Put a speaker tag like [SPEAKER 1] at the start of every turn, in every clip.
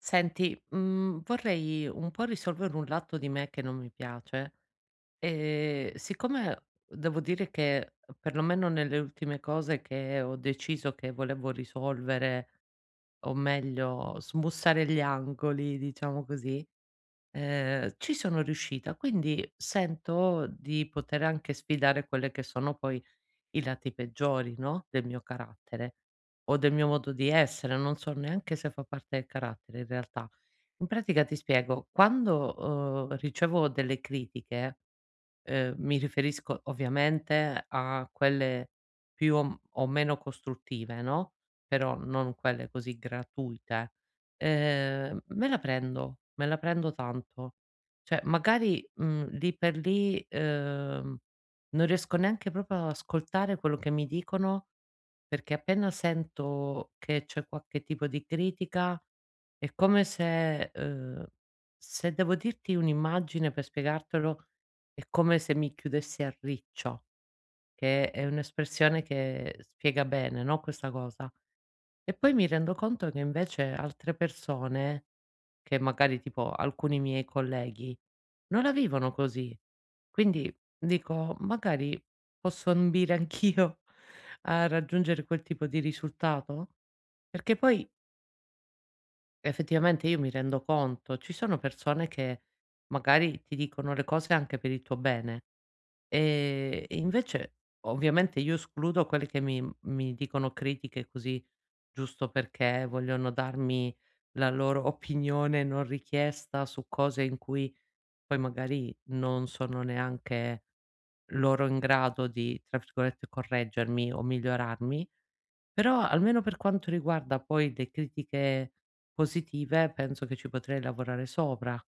[SPEAKER 1] Senti, vorrei un po' risolvere un lato di me che non mi piace. Siccome devo dire che, perlomeno nelle ultime cose che ho deciso che volevo risolvere, o meglio smussare gli angoli, diciamo così, ci sono riuscita. Quindi sento di poter anche sfidare quelle che sono poi i lati peggiori, no, del mio carattere o del mio modo di essere, non so neanche se fa parte del carattere in realtà. In pratica ti spiego, quando, ricevo delle critiche. Mi riferisco ovviamente a quelle più o meno costruttive, no, però non quelle così gratuite. Me la prendo, me la prendo tanto. Cioè magari, lì per lì, non riesco neanche proprio ad ascoltare quello che mi dicono, perché appena sento che c'è qualche tipo di critica è come se, se devo dirti un'immagine per spiegartelo è come se mi chiudessi a riccio, che è un'espressione che spiega bene, no, questa cosa. E poi mi rendo conto che invece altre persone, che magari tipo alcuni miei colleghi, non la vivono così. Quindi dico: "Magari posso ambire anch'io a raggiungere quel tipo di risultato?" Perché poi effettivamente io mi rendo conto, ci sono persone che magari ti dicono le cose anche per il tuo bene. E invece ovviamente io escludo quelli che mi dicono critiche così giusto perché vogliono darmi la loro opinione non richiesta su cose in cui poi magari non sono neanche loro in grado di, tra virgolette, "correggermi" o migliorarmi, però almeno per quanto riguarda poi le critiche positive penso che ci potrei lavorare sopra.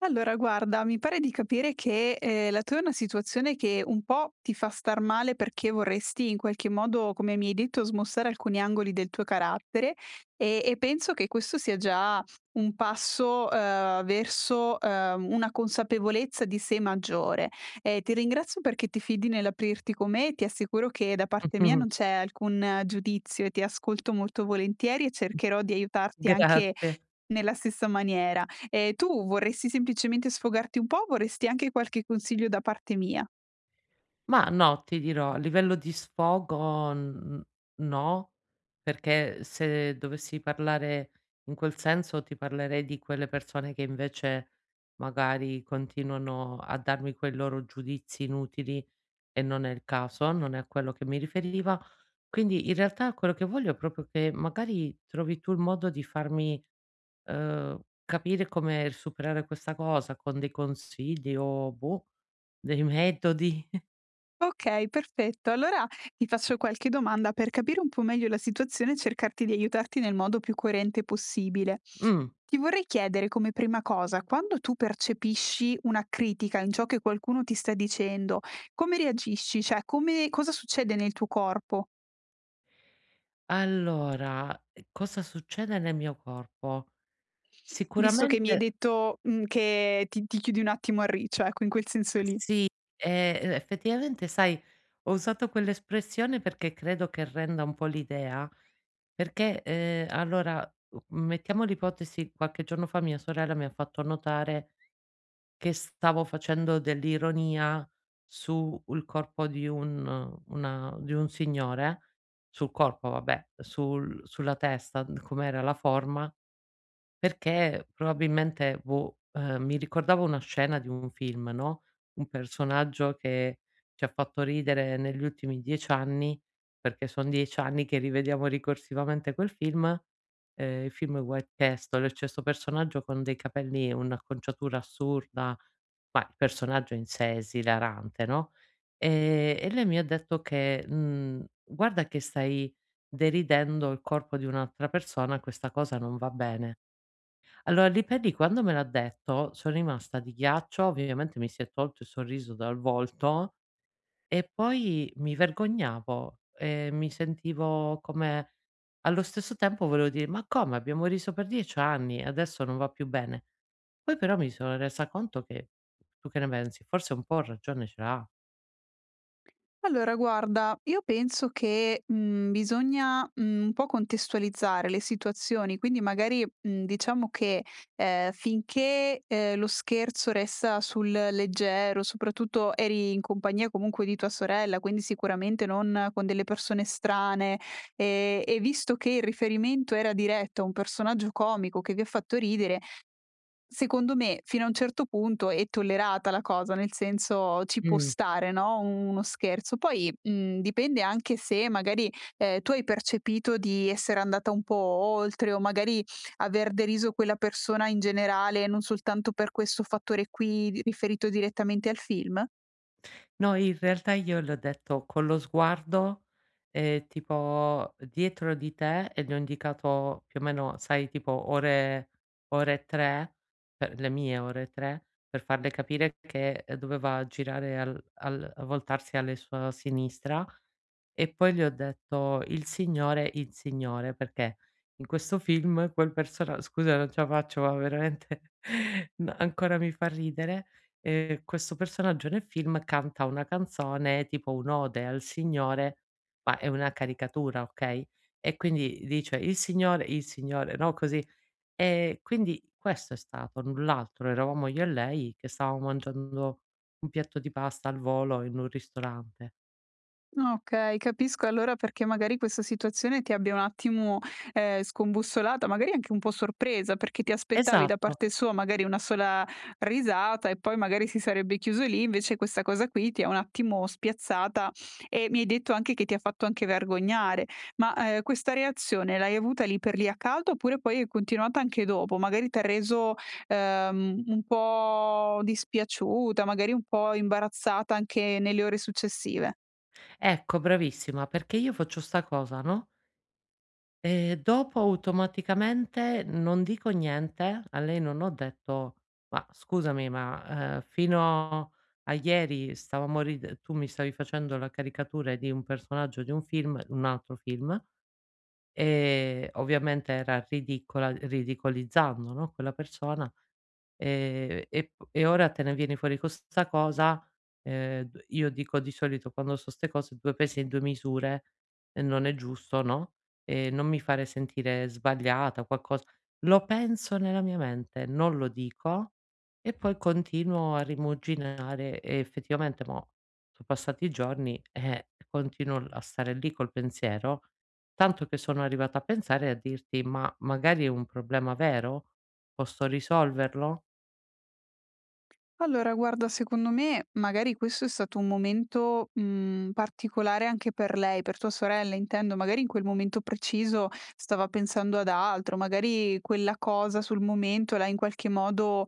[SPEAKER 2] Allora guarda, mi pare di capire che, la tua è una situazione che un po' ti fa star male perché vorresti in qualche modo, come mi hai detto, smussare alcuni angoli del tuo carattere, e penso che questo sia già un passo, verso, una consapevolezza di sé maggiore. Ti ringrazio perché ti fidi nell'aprirti con me, e ti assicuro che da parte mia non c'è alcun giudizio e ti ascolto molto volentieri e cercherò di aiutarti anche
[SPEAKER 1] Grazie.
[SPEAKER 2] nella stessa maniera. Tu vorresti semplicemente sfogarti un po', o vorresti anche qualche consiglio da parte mia?
[SPEAKER 1] Ma no, ti dirò, a livello di sfogo n no, perché se dovessi parlare in quel senso ti parlerei di quelle persone che invece magari continuano a darmi quei loro giudizi inutili e non è il caso, non è a quello che mi riferiva. Quindi in realtà quello che voglio è proprio che magari trovi tu il modo di farmi, capire come superare questa cosa con dei consigli o boh, dei metodi.
[SPEAKER 2] Okay, perfetto. Allora ti faccio qualche domanda per capire un po' meglio la situazione e cercarti di aiutarti nel modo più coerente possibile.
[SPEAKER 1] Mh.
[SPEAKER 2] Ti vorrei chiedere come prima cosa, quando tu percepisci una critica in ciò che qualcuno ti sta dicendo, come reagisci? Cioè come cosa succede nel tuo corpo?
[SPEAKER 1] Allora, cosa succede nel mio corpo? Mh.
[SPEAKER 2] Visto che mi hai
[SPEAKER 1] Sicuramente
[SPEAKER 2] detto, mhmm, che ti chiudi un attimo a riccio, ecco, in quel senso lì.
[SPEAKER 1] sì, e effettivamente sai, ho usato quell'espressione perché credo che renda un po' l'idea, perché, allora, mettiamo l'ipotesi, qualche giorno fa mia sorella mi ha fatto notare che stavo facendo dell'ironia sul corpo di un una di un signore, sul corpo vabbè, sulla testa, n com'era la forma. Perché probabilmente, boh, mi ricordavo una scena di un film, no, un personaggio che ci ha fatto ridere negli ultimi 10 anni, perché son 10 anni che rivediamo ricorsivamente quel film, il film White Castle, e c'è 'sto personaggio con dei capelli un'acconciatura assurda, ma il personaggio in sé è esilarante, no, e lei mi ha detto che, mhmm: "Guarda che stai deridendo il corpo di un'altra persona, questa cosa non va bene". Allora lì per lì quando me l'ha detto son rimasta di ghiaccio, ovviamente mi si è tolto il sorriso dal volto e poi mi vergognavo e mi sentivo come allo stesso tempo volevo dire: "Ma come abbiamo riso per 10 anni e adesso non va più bene?" Poi però mi sono resa conto che tu che ne pensi? Forse un po' ragione ce l'ha.
[SPEAKER 2] Allora, guarda, io penso che, mhmm, bisogna, mhmm, un po' contestualizzare le situazioni, quindi magari, mhmm, diciamo che, finché, lo scherzo resta sul leggero, soprattutto eri in compagnia comunque di tua sorella, quindi sicuramente non con delle persone strane, e visto che il riferimento era diretto a un personaggio comico che vi ha fatto ridere, secondo me fino a un certo punto è tollerata la cosa, nel senso ci può stare, no, uno scherzo. Poi, mhmm, dipende anche se magari, tu hai percepito di essere andata un po' oltre o magari aver deriso quella persona in generale, non soltanto per questo fattore qui riferito direttamente al film?
[SPEAKER 1] No, in realtà io le ho detto con lo sguardo, tipo dietro di te e le ho indicato più o meno, sai, tipo ore 3, per le mie ore 3, per farle capire che, doveva girare al voltarsi alle sua sinistra e poi gli ho detto: il signore", perché in questo film quel persona scusa non ce la faccio, ma veramente n ancora mi fa ridere, questo personaggio nel film canta una canzone tipo un'ode al signore, ma è una caricatura, okay, e quindi dice: il signore", no, così. E quindi questo è stato, null'altro. Eravamo io e lei che stavamo mangiando un piatto di pasta al volo in un ristorante.
[SPEAKER 2] Okay, capisco allora perché magari questa situazione ti abbia un attimo, scombussolata, magari anche un po' sorpresa, perché ti aspettavi da
[SPEAKER 1] Esatto.
[SPEAKER 2] parte sua magari una sola risata e poi magari si sarebbe chiuso lì, invece questa cosa qui ti ha un attimo spiazzata e mi hai detto anche che ti ha fatto anche vergognare. Ma, questa reazione l'hai avuta lì per lì a caldo oppure poi è continuata anche dopo? Magari t'ha reso, un po' dispiaciuta, magari un po' imbarazzata anche nelle ore successive?
[SPEAKER 1] Ecco, bravissima, perché io faccio 'sta cosa, no, dopo automaticamente non dico niente, a lei non ho detto: "Ma scusami, ma, fino a ieri stavamo ride tu mi stavi facendo la caricatura di un personaggio di un altro film", ovviamente era ridicola ridicolizzando, no, quella persona. E ora te ne vieni fuori co' 'sta cosa, d io dico di solito quando so 'ste cose 2 pesi e 2 misure, e non è giusto, no, non mi fare sentire sbagliata, qualcosa lo penso nella mia mente, non lo dico e poi continuo a rimuginare e effettivamente mo' so' passati i giorni, continuo l a stare lì col pensiero, tanto che sono arrivata a pensare e a dirti: "Ma magari è un problema vero? Posso risolverlo?"
[SPEAKER 2] Allora guarda, secondo me magari questo è stato un momento, mhmm, particolare anche per lei, per tua sorella intendo, magari in quel momento preciso stava pensando ad altro, magari quella cosa sul momento l'ha in qualche modo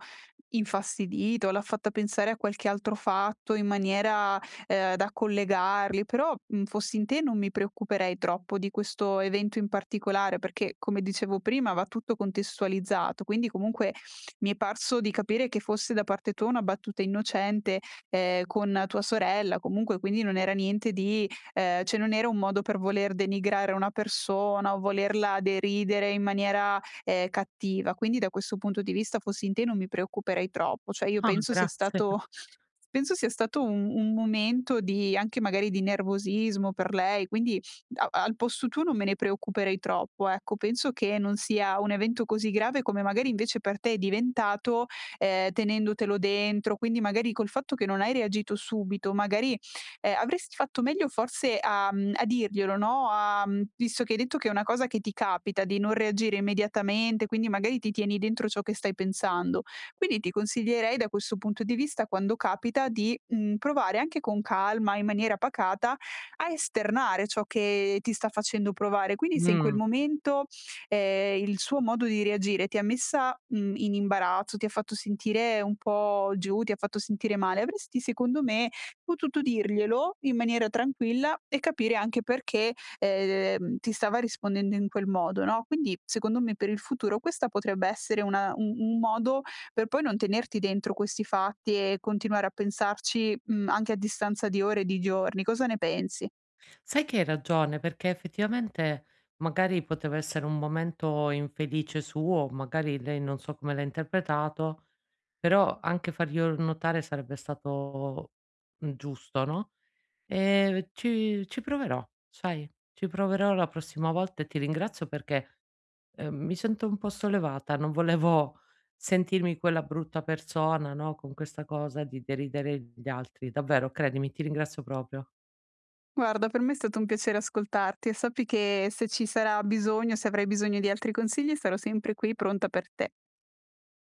[SPEAKER 2] infastidita o l'ha fatta pensare a qualche altro fatto in maniera, da collegarli, però, mhmm, fossi in te non mi preoccuperei troppo di questo evento in particolare, perché come dicevo prima va tutto contestualizzato, quindi comunque mi è parso di capire che fosse da parte tua una battuta innocente, con tua sorella, comunque quindi non era niente di cioè non era un modo per voler denigrare una persona o volerla deridere in maniera, cattiva. Quindi da questo punto di vista fossi in te non mi preoccuperei troppo. Cioè io
[SPEAKER 1] Ah,
[SPEAKER 2] penso sia
[SPEAKER 1] grazie.
[SPEAKER 2] stato Penso sia stato un momento di anche magari di nervosismo per lei, quindi a al posto tuo non me ne preoccuperei troppo, ecco. Penso che non sia un evento così grave come magari invece per te è diventato, tenendotelo dentro, quindi magari col fatto che non hai reagito subito, magari, avresti fatto meglio forse a mhmm, a dirglielo, no, a mhmm, visto che hai detto che è una cosa che ti capita di non reagire immediatamente, quindi magari ti tieni dentro ciò che stai pensando. Quindi ti consiglierei da questo punto di vista, quando capita, di, mhmm, provare anche con calma, in maniera pacata, a esternare ciò che ti sta facendo provare. Quindi se in quel
[SPEAKER 1] Mh.
[SPEAKER 2] momento, il suo modo di reagire ti ha messa, mhmm, in imbarazzo, ti ha fatto sentire un po' giù, ti ha fatto sentire male, avresti secondo me potuto dirglielo in maniera tranquilla e capire anche perché, ti stava rispondendo in quel modo, no, quindi secondo me per il futuro questa potrebbe essere una un modo per poi non tenerti dentro questi fatti e continuare a pensarci, mhmm, anche a distanza di ore e di giorni. Cosa ne pensi?
[SPEAKER 1] Sai che hai ragione, perché effettivamente magari poteva essere un momento infelice suo, magari lei non so come l'ha interpretato, però anche farglielo notare sarebbe stato, giusto, no? Ci proverò, sai, ci proverò la prossima volta e ti ringrazio perché, mi sento un po' sollevata, non volevo sentirmi quella brutta persona, no, con questa cosa di deridere gli altri. Davvero, credimi, ti ringrazio proprio.
[SPEAKER 2] Guarda, per me è stato un piacere ascoltarti e sappi che se ci sarà bisogno, se avrai bisogno di altri consigli, sarò sempre qui pronta per te.